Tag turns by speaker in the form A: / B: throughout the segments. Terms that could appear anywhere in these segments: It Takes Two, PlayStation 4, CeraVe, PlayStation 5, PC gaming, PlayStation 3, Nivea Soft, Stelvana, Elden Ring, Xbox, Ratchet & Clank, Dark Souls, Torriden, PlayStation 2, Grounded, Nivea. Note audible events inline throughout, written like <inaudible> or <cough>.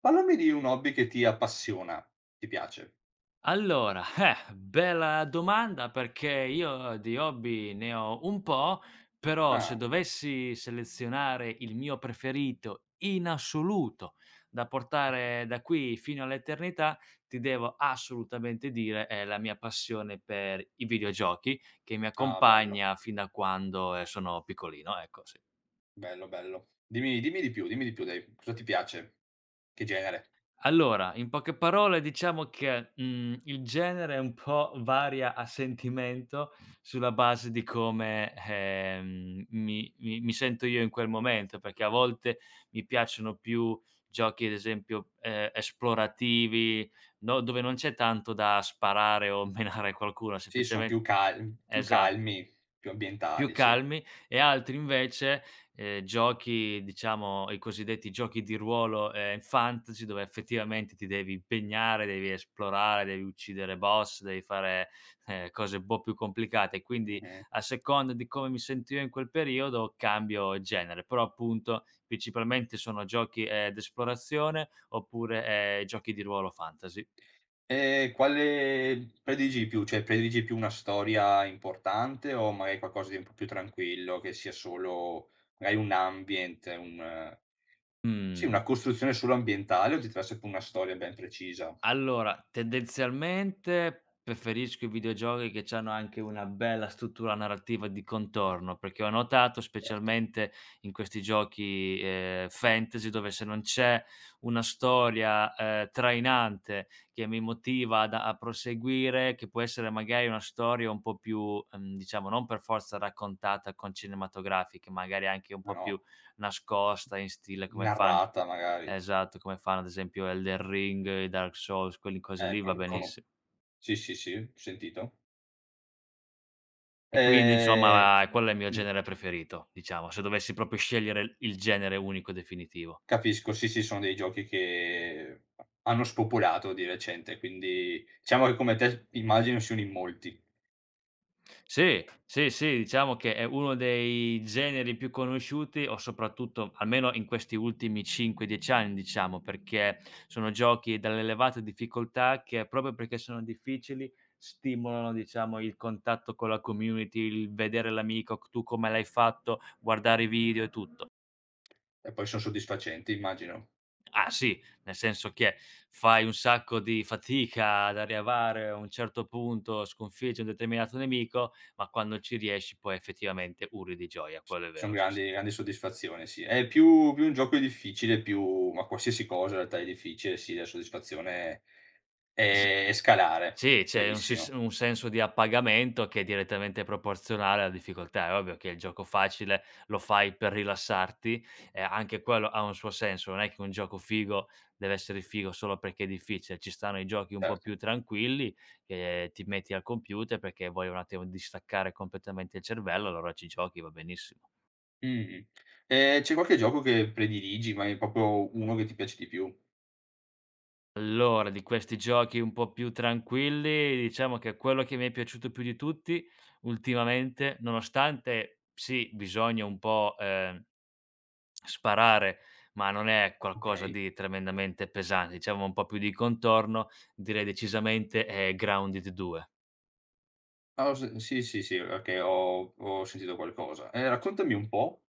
A: Parlami di un hobby che ti appassiona, ti piace.
B: Allora, bella domanda perché io di hobby ne ho un po', però se
A: Ah,
B: dovessi selezionare il mio preferito in assoluto da
A: mh-mh.
B: portare da qui fino all'eternità, ti devo assolutamente dire è la mia passione per i videogiochi che mi
A: Ah, bello,
B: accompagna fin da quando sono piccolino, ecco, sì.
A: bello, bello. Dimmi di più, dimmi di più dai, cosa ti piace? Che genere?
B: Allora, in poche parole diciamo che, il genere un po' varia a sentimento sulla base di come, mi sento io in quel momento, perché a volte mi piacciono più giochi ad esempio, esplorativi, no, dove non c'è tanto da sparare o <laughs> menare qualcuno,
A: Sì, sono
B: semplicemen
A: più
B: esa
A: calmi, più
B: più
A: ambientali, sì.
B: calmi e altri invece, giochi diciamo i cosiddetti giochi di ruolo, fantasy, dove effettivamente ti devi impegnare, devi esplorare, devi uccidere boss, devi fare, cose un po' più complicate. Quindi
A: Mh-mh.
B: a seconda di come mi sentivo in quel periodo cambio genere, però appunto principalmente sono giochi, d'esplorazione oppure, giochi di ruolo fantasy.
A: E quale prediligi di più? Cioè, prediligi più una storia importante o magari qualcosa di un po' più tranquillo, che sia solo magari un ambient, un sì, una
B: Mh.
A: costruzione solo ambientale o ti interessa più una storia ben precisa?
B: Allora, tendenzialmente preferisco i videogiochi che c'hanno anche una bella struttura narrativa di
A: Eh,
B: contorno, perché ho notato
A: certo.
B: specialmente in questi giochi, fantasy, dove se non c'è una storia, trainante che mi motiva ad a proseguire, che può essere magari una storia un po' più, diciamo non per forza raccontata con cinematografiche, magari anche un
A: Ah,
B: po' più
A: no.
B: nascosta in stile come fan
A: Narrata magari,
B: esatto, come fanno ad esempio Elden Ring, i Dark Souls, quelle cose lì va
A: ecco, con
B: benissi
A: sì, sì, sì, ho sentito.
B: e quindi
A: Ehm,
B: insomma quello è il mio
A: mh,
B: genere preferito, diciamo, se dovessi proprio scegliere il genere unico definitivo.
A: capisco, sì, sì, sono dei giochi che hanno spopolato di recente, quindi diciamo che come te immagino siano in molti
B: Sì, sì, sì, diciamo che è uno dei generi più conosciuti o soprattutto almeno in questi ultimi 5, 10 anni, diciamo, perché sono giochi dall'elevata difficoltà che proprio perché sono difficili stimolano, diciamo, il contatto con la community, il vedere l'amico, tu come l'hai fatto, guardare i video e tutto.
A: e poi son soddisfacenti immagino.
B: Ah sì, nel senso che fai un sacco di fatica ad arrivare a un certo punto, sconfiggi un determinato nemico, ma quando ci riesci poi effettivamente urli di gioia,
A: S
B: quello è
A: Son
B: vero, sì, sì.
A: grandi grandi soddisfazione, sì. È più un gioco è difficile, più ma qualsiasi cosa in realtà è difficile, sì, la soddisfazione è è scalare,
B: Sì, c'è un sis
A: verissimo,
B: un senso di appagamento che è direttamente proporzionale alla difficoltà. È ovvio che il gioco facile lo fai per rilassarti e anche quello ha un suo senso, non è che un gioco figo deve essere figo solo perché è difficile. Ci stanno i giochi un po'
A: certo.
B: più tranquilli che ti metti al computer perché vuoi un attimo distaccare completamente il cervello, allora ci giochi, va benissimo.
A: Mh-mh. C'è qualche gioco che prediligi, ma è proprio uno che ti piace di più?
B: Allora, di questi giochi un po' più tranquilli, diciamo che quello che mi è piaciuto più di tutti ultimamente, nonostante sì, bisogna un po', sparare, ma non è qualcosa
A: Okay.
B: di tremendamente pesante, diciamo un po' più di contorno, direi decisamente è Grounded 2.
A: Ah, ho se sì, sì, sì, okay, ho sentito qualcosa. Raccontami un po'.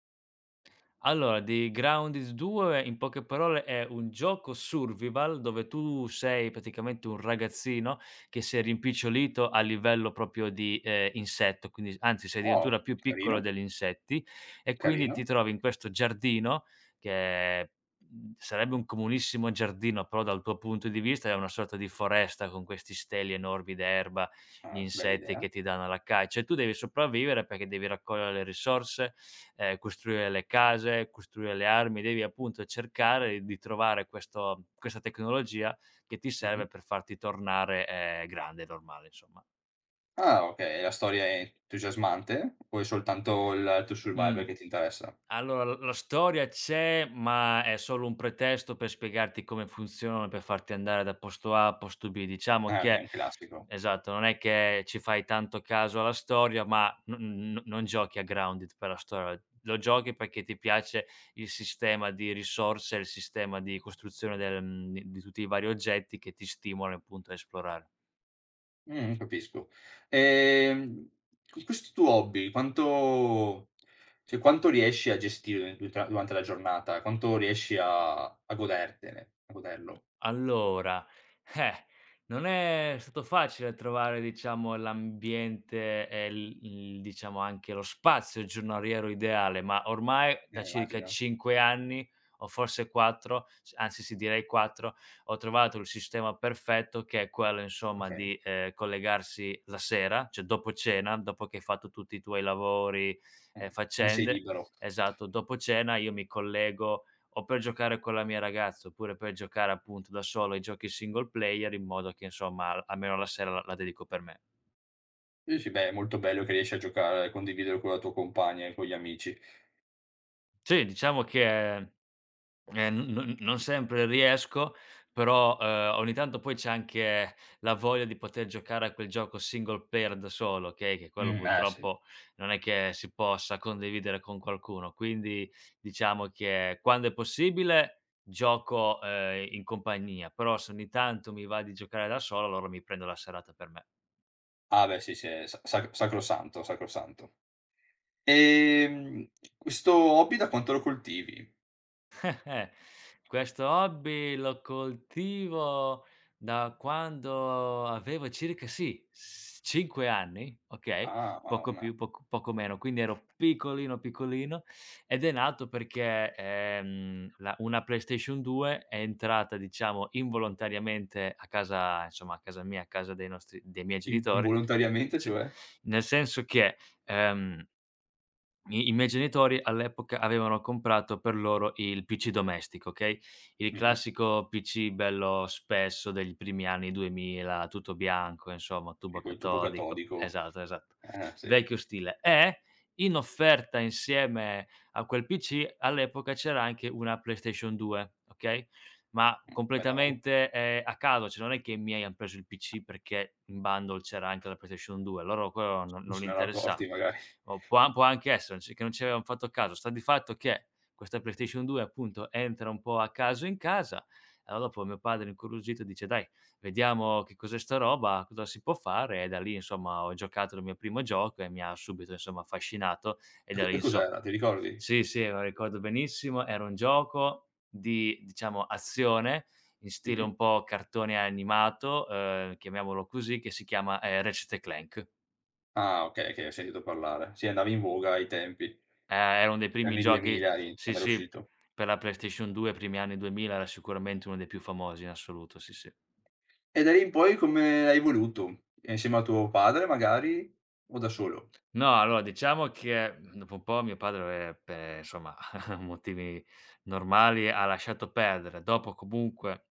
B: Allora, The Ground is 2 in poche parole è un gioco survival dove tu sei praticamente un ragazzino che si è rimpicciolito a livello proprio di, insetto, quindi anzi sei
A: Oh,
B: addirittura più piccolo
A: carino,
B: degli insetti e quindi ti
A: carino.
B: trovi in questo giardino che, sarebbe un comunissimo giardino, però dal tuo punto di vista è una sorta di foresta con questi steli enormi d'erba, gli
A: Ah, bella
B: insetti
A: idea.
B: che ti danno alla caccia e tu devi sopravvivere perché devi raccogliere le risorse, costruire le case, costruire le armi, devi appunto cercare di trovare questo questa tecnologia che ti
A: Mh-mh.
B: serve per farti tornare, grande, normale, insomma.
A: Ah, okay, la storia è entusiasmante o è soltanto il tuo
B: Mh,
A: survival che ti interessa?
B: allora, l la storia c'è, ma è solo un pretesto per spiegarti come funzionano, per farti andare da posto A a posto B. Diciamo
A: Ah, okay, è
B: che.
A: un classico.
B: Esatto, non è che ci fai tanto caso alla storia, ma no n non giochi a Grounded per la storia, lo giochi perché ti piace il sistema di risorse, il sistema di costruzione del, di tutti i vari oggetti che ti stimolano appunto a esplorare.
A: Capisco. Ehm, q questo tuo hobby quanto cioè quanto riesci a gestire duta durante la giornata? Quanto riesci a godertene a goderlo?
B: Allora, eh, non è stato facile trovare diciamo l'ambiente e il diciamo anche lo spazio giornaliero ideale, ma ormai da circa
A: Immagino.
B: 5 anni o forse 4, s anzi sì direi 4, ho trovato il sistema perfetto che è quello insomma
A: Okay.
B: di, collegarsi la sera, cioè dopo cena, dopo che hai fatto tutti i tuoi lavori e
A: Quando sei
B: faccende,
A: libero.
B: esatto, dopo cena io mi collego o per giocare con la mia ragazza, oppure per giocare appunto da solo ai giochi single player in modo che insomma almeno la sera la dedico per me.
A: Sì, sì, beh, è molto bello che riesci a giocare, a condividere con la tua compagna e con gli amici.
B: Sì, diciamo che n non non sempre riesco, però, ogni tanto poi c'è anche la voglia di poter giocare a quel gioco single player da solo, okay, che quello
A: Eh sì.
B: purtroppo non è che si possa condividere con qualcuno. Quindi diciamo che quando è possibile gioco, in compagnia, però se ogni tanto mi va di giocare da solo, allora mi prendo la serata per me.
A: Ah beh sì, sì, è sa sac sacrosanto, sacrosanto. Ehm, questo hobby da quanto lo coltivi?
B: <laughs> Questo hobby lo coltivo da quando avevo circa sì, s 5 anni, okay,
A: Ah,
B: poco
A: madonna.
B: più, poco meno, quindi ero piccolino, piccolino ed è nato perché, la una PlayStation 2 è entrata, diciamo, involontariamente a casa insomma a casa mia, a casa dei nostri dei miei
A: In
B: genitori.
A: involontariamente,
B: Sì,
A: cioè?
B: nel senso che, ehm i miei genitori all'epoca avevano comprato per loro il PC domestico, okay, il
A: Mh.
B: classico PC bello spesso degli primi anni 2000, tutto bianco insomma,
A: Sì,
B: tubo
A: col tubo
B: catodico.
A: catodico.
B: Esatto, esa
A: Sì,
B: vecchio stile. E in offerta insieme a quel PC all'epoca c'era anche una PlayStation 2, okay, ma
A: bella roba.
B: completamente, a caso, cioè non è che i miei han preso il PC perché in bundle c'era anche la PlayStation 2, a loro quello non
A: Non
B: non
A: se
B: li
A: ne erano
B: interessa
A: accorti magari.
B: o può anche essere c che non ci avevan fatto caso. Sta di fatto che questa PlayStation 2 appunto entra un po' a caso in casa, allora dopo mio padre incuriosito dice: "Dai, vediamo che cos'è sta roba, cosa si può fare", e da lì insomma ho giocato il mio primo gioco e mi ha subito insomma affascinato e
A: E co
B: da lì
A: e
B: inso
A: cos'era, ti ricordi?
B: sì, sì, lo ricordo benissimo. Era un gioco di, diciamo, azione in stile
A: Mh?
B: un po' cartone animato, chiamiamolo così, che si chiama, Ratchet& and Clank.
A: Ah, okay, che hai sentito parlare. Sì, andava in voga ai tempi,
B: Era uno dei primi
A: anni
B: giochi,
A: 2000 lì,
B: sì,
A: quando era
B: sì,
A: uscito.
B: per la PlayStation 2, primi anni 2000 era sicuramente uno dei più famosi in assoluto, sì, sì.
A: E da lì in poi come hai evoluto? E insieme a tuo padre magari o da solo?
B: No, allora diciamo che, dopo un po' mio padre, per insomma <laughs> motivi normali, ha lasciato perdere. Dopo comunque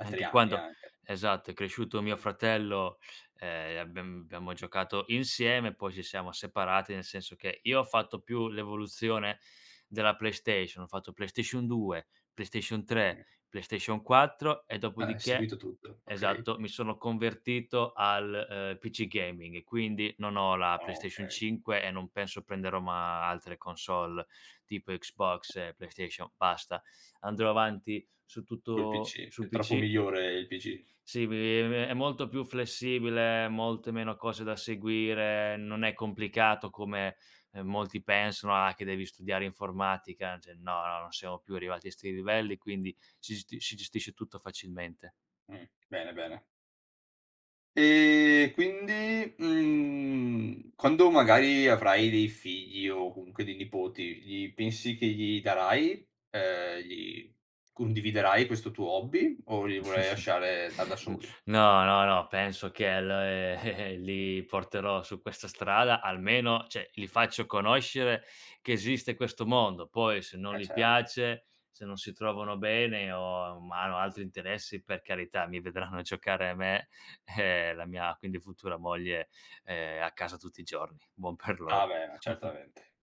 A: Altri anni
B: quando,
A: anche.
B: esatto, è cresciuto mio fratello, abbiamo giocato insieme, poi ci siamo separati, nel senso che io ho fatto più l'evoluzione della PlayStation, ho fatto PlayStation 2, PlayStation 3,
A: Mh.
B: PlayStation 4 e
A: Ah, hai
B: dopodiché,
A: seguito tutto, okay.
B: esatto, mi sono convertito al, PC gaming, e quindi non ho la PlayStation
A: Okay,
B: 5 e non penso prenderò ma altre console tipo Xbox e PlayStation, basta. Andrò avanti su
A: col
B: tutto
A: PC. È
B: sul
A: troppo
B: PC.
A: migliore il PC.
B: Sì, mi è molto più flessibile, molte meno cose da seguire, non è complicato come, molti pensano: "Ah, che devi studiare informatica." Cioè no, no, non siamo più arrivati a 'sti livelli, quindi si gestisce tutto facilmente.
A: Mh, bene, bene. E quindi, quando magari avrai dei figli o comunque dei nipoti, gli pensi che gli darai gli condividerai questo tuo hobby o li vorrai lasciare da soli?
B: No, no, no, penso che l <laughs> li porterò su questa strada, almeno cioè li faccio conoscere che esiste questo mondo. Poi se non
A: Eh
B: gli
A: certo.
B: piace, se non si trovano bene o ma hanno altri interessi, per carità, mi vedranno <laughs> giocare me e la mia quindi futura moglie, a casa tutti i giorni. Buon per
A: Ah
B: loro.
A: beh, ma
B: <laughs>
A: certamente.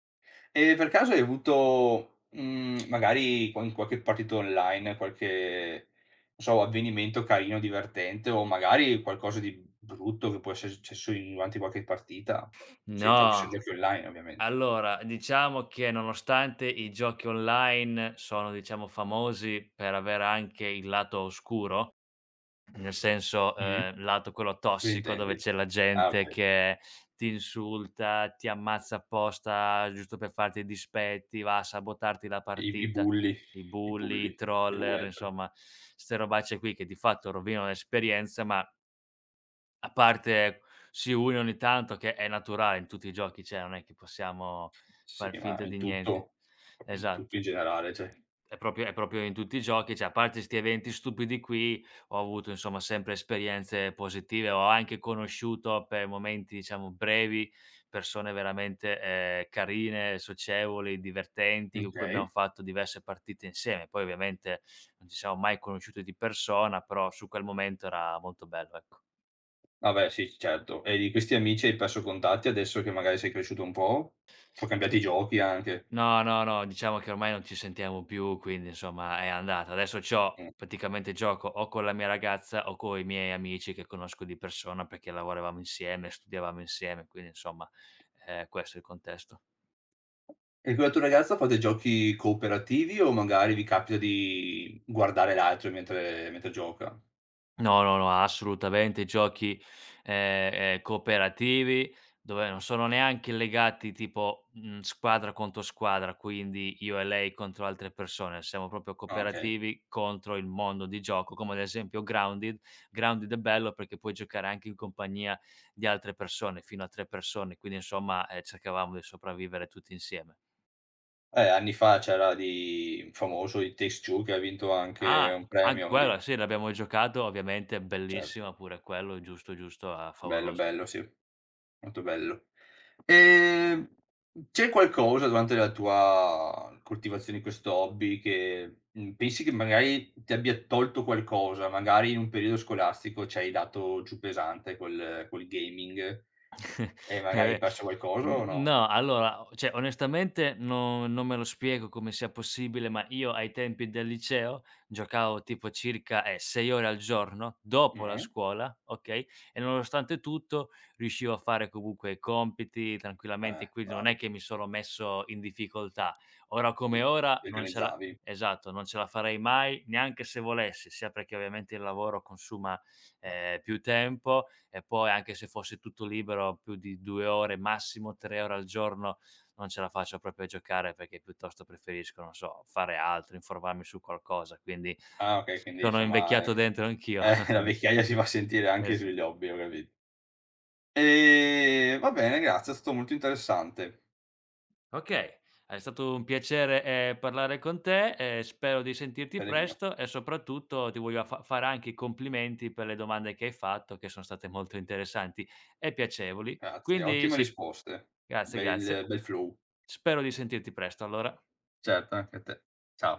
A: E per caso hai avuto, magari con qualche partita online, qualche, non so, avvenimento carino, divertente o magari qualcosa di brutto che può essere successo in durante qualche partita? Se
B: No.
A: giochi online ovviamente.
B: Allora, diciamo che nonostante i giochi online sono, diciamo, famosi per avere anche il lato oscuro, nel senso,
A: Mh-mh.
B: lato quello
A: Cosa
B: tossico
A: intendi?
B: dove c'è la
A: Ah
B: gente
A: okay,
B: che ti insulta, ti ammazza apposta giusto per farti i dispetti, va a sabotarti la
A: i
B: partita,
A: bulli,
B: i
A: i
B: bulli,
A: bulli
B: i
A: del
B: troller,
A: web.
B: insomma, 'ste robacce qui che di fatto rovinano l'esperienza, ma a parte sì, 1 ogni tanto che è naturale in tutti i giochi, cioè non è che possiamo
A: Sì,
B: far
A: ma
B: finta
A: in
B: di niente.
A: tutto, proprio in tutto in
B: Esatto,
A: generale, cioè.
B: è proprio in tutti i giochi, cioè a parte 'sti eventi stupidi qui, ho avuto insomma sempre esperienze positive, ho anche conosciuto per momenti diciamo brevi, persone veramente, carine, socievoli, divertenti, con cui abbiamo
A: Okay.
B: fatto diverse partite insieme. Poi ovviamente non ci siamo mai conosciuti di persona, però su quel momento era molto bello, ecco.
A: Vabbè sì, certo. E di questi amici hai perso contatti adesso che magari sei cresciuto un po'? Son cambiati i
B: Sì.
A: giochi anche.
B: No, no, no, diciamo che ormai non ci sentiamo più, quindi insomma è andata. Adesso c'ho
A: Mh.
B: praticamente gioco o con la mia ragazza o coi miei amici che conosco di persona perché lavoravamo insieme, studiavamo insieme, quindi insomma, questo è il contesto.
A: E con la tua ragazza fate giochi cooperativi o magari vi capita di guardare l'altro mentre gioca?
B: No, no, no, assolutamente giochi, cooperativi dove non sono neanche legati tipo, squadra contro squadra, quindi io e lei contro altre persone, siamo proprio
A: Ah, okay.
B: cooperativi contro il mondo di gioco, come ad esempio Grounded. Grounded è bello perché puoi giocare anche in compagnia di altre persone, fino a 3 persone, quindi insomma, cercavamo di sopravvivere tutti insieme.
A: Anni fa c'era di famoso, It Takes Two, che ha vinto anche
B: Ah,
A: un
B: anche
A: premio di
B: quello sì, l'abbiamo giocato ovviamente,
A: certo.
B: bellissimo pure quello, giusto, giusto, ah,
A: Bello,
B: favoloso.
A: bello, sì. Molto bello. Ehm, c'è qualcosa durante la tua coltivazione di questo hobby che, pensi che magari ti abbia tolto qualcosa? Magari in un periodo scolastico ci hai dato giù pesante col gaming
B: <laughs>
A: e
B: Eh
A: magari hai
B: beh,
A: perso qualcosa o
B: n
A: no?
B: no, allora, o cioè onestamente no non me lo spiego come sia possibile, ma io ai tempi del liceo giocavo tipo circa, 6 ore al giorno dopo la
A: Mh-mh.
B: scuola, okay, e nonostante tutto riuscivo a fare comunque i compiti tranquillamente, quindi non è
A: Bravo.
B: che mi sono messo in difficoltà. Ora come ora
A: Ti
B: non ce la
A: organizzavi.
B: esatto, non ce la farei mai neanche se volessi, sia perché ovviamente il lavoro consuma, più tempo, e poi anche se fosse tutto libero più di 2 ore, massimo 3 ore al giorno, non ce la faccio proprio a giocare perché piuttosto preferisco, non so, fare altro, informarmi su qualcosa, quindi
A: Ah okay, quindi
B: sono
A: insomma,
B: invecchiato dentro
A: <laughs>
B: anch'io. <laughs>
A: la
B: Dic
A: vecchiaia si fa sentire
B: eh
A: anche
B: sì.
A: sugli hobby, ho capito. Va bene, grazie, è stato molto interessante.
B: Okay, è stato un piacere, parlare con te, spero di sentirti
A: Piacere mio.
B: presto e soprattutto ti voglio fa fare anche i complimenti per le domande che hai fatto, che sono state molto interessanti e piacevoli.
A: Grazie,
B: Quindi
A: ottime
B: sì,
A: risposte.
B: grazie, grazie.
A: Bel flow.
B: Spero di sentirti presto allora.
A: Certo, anche a te. Ciao.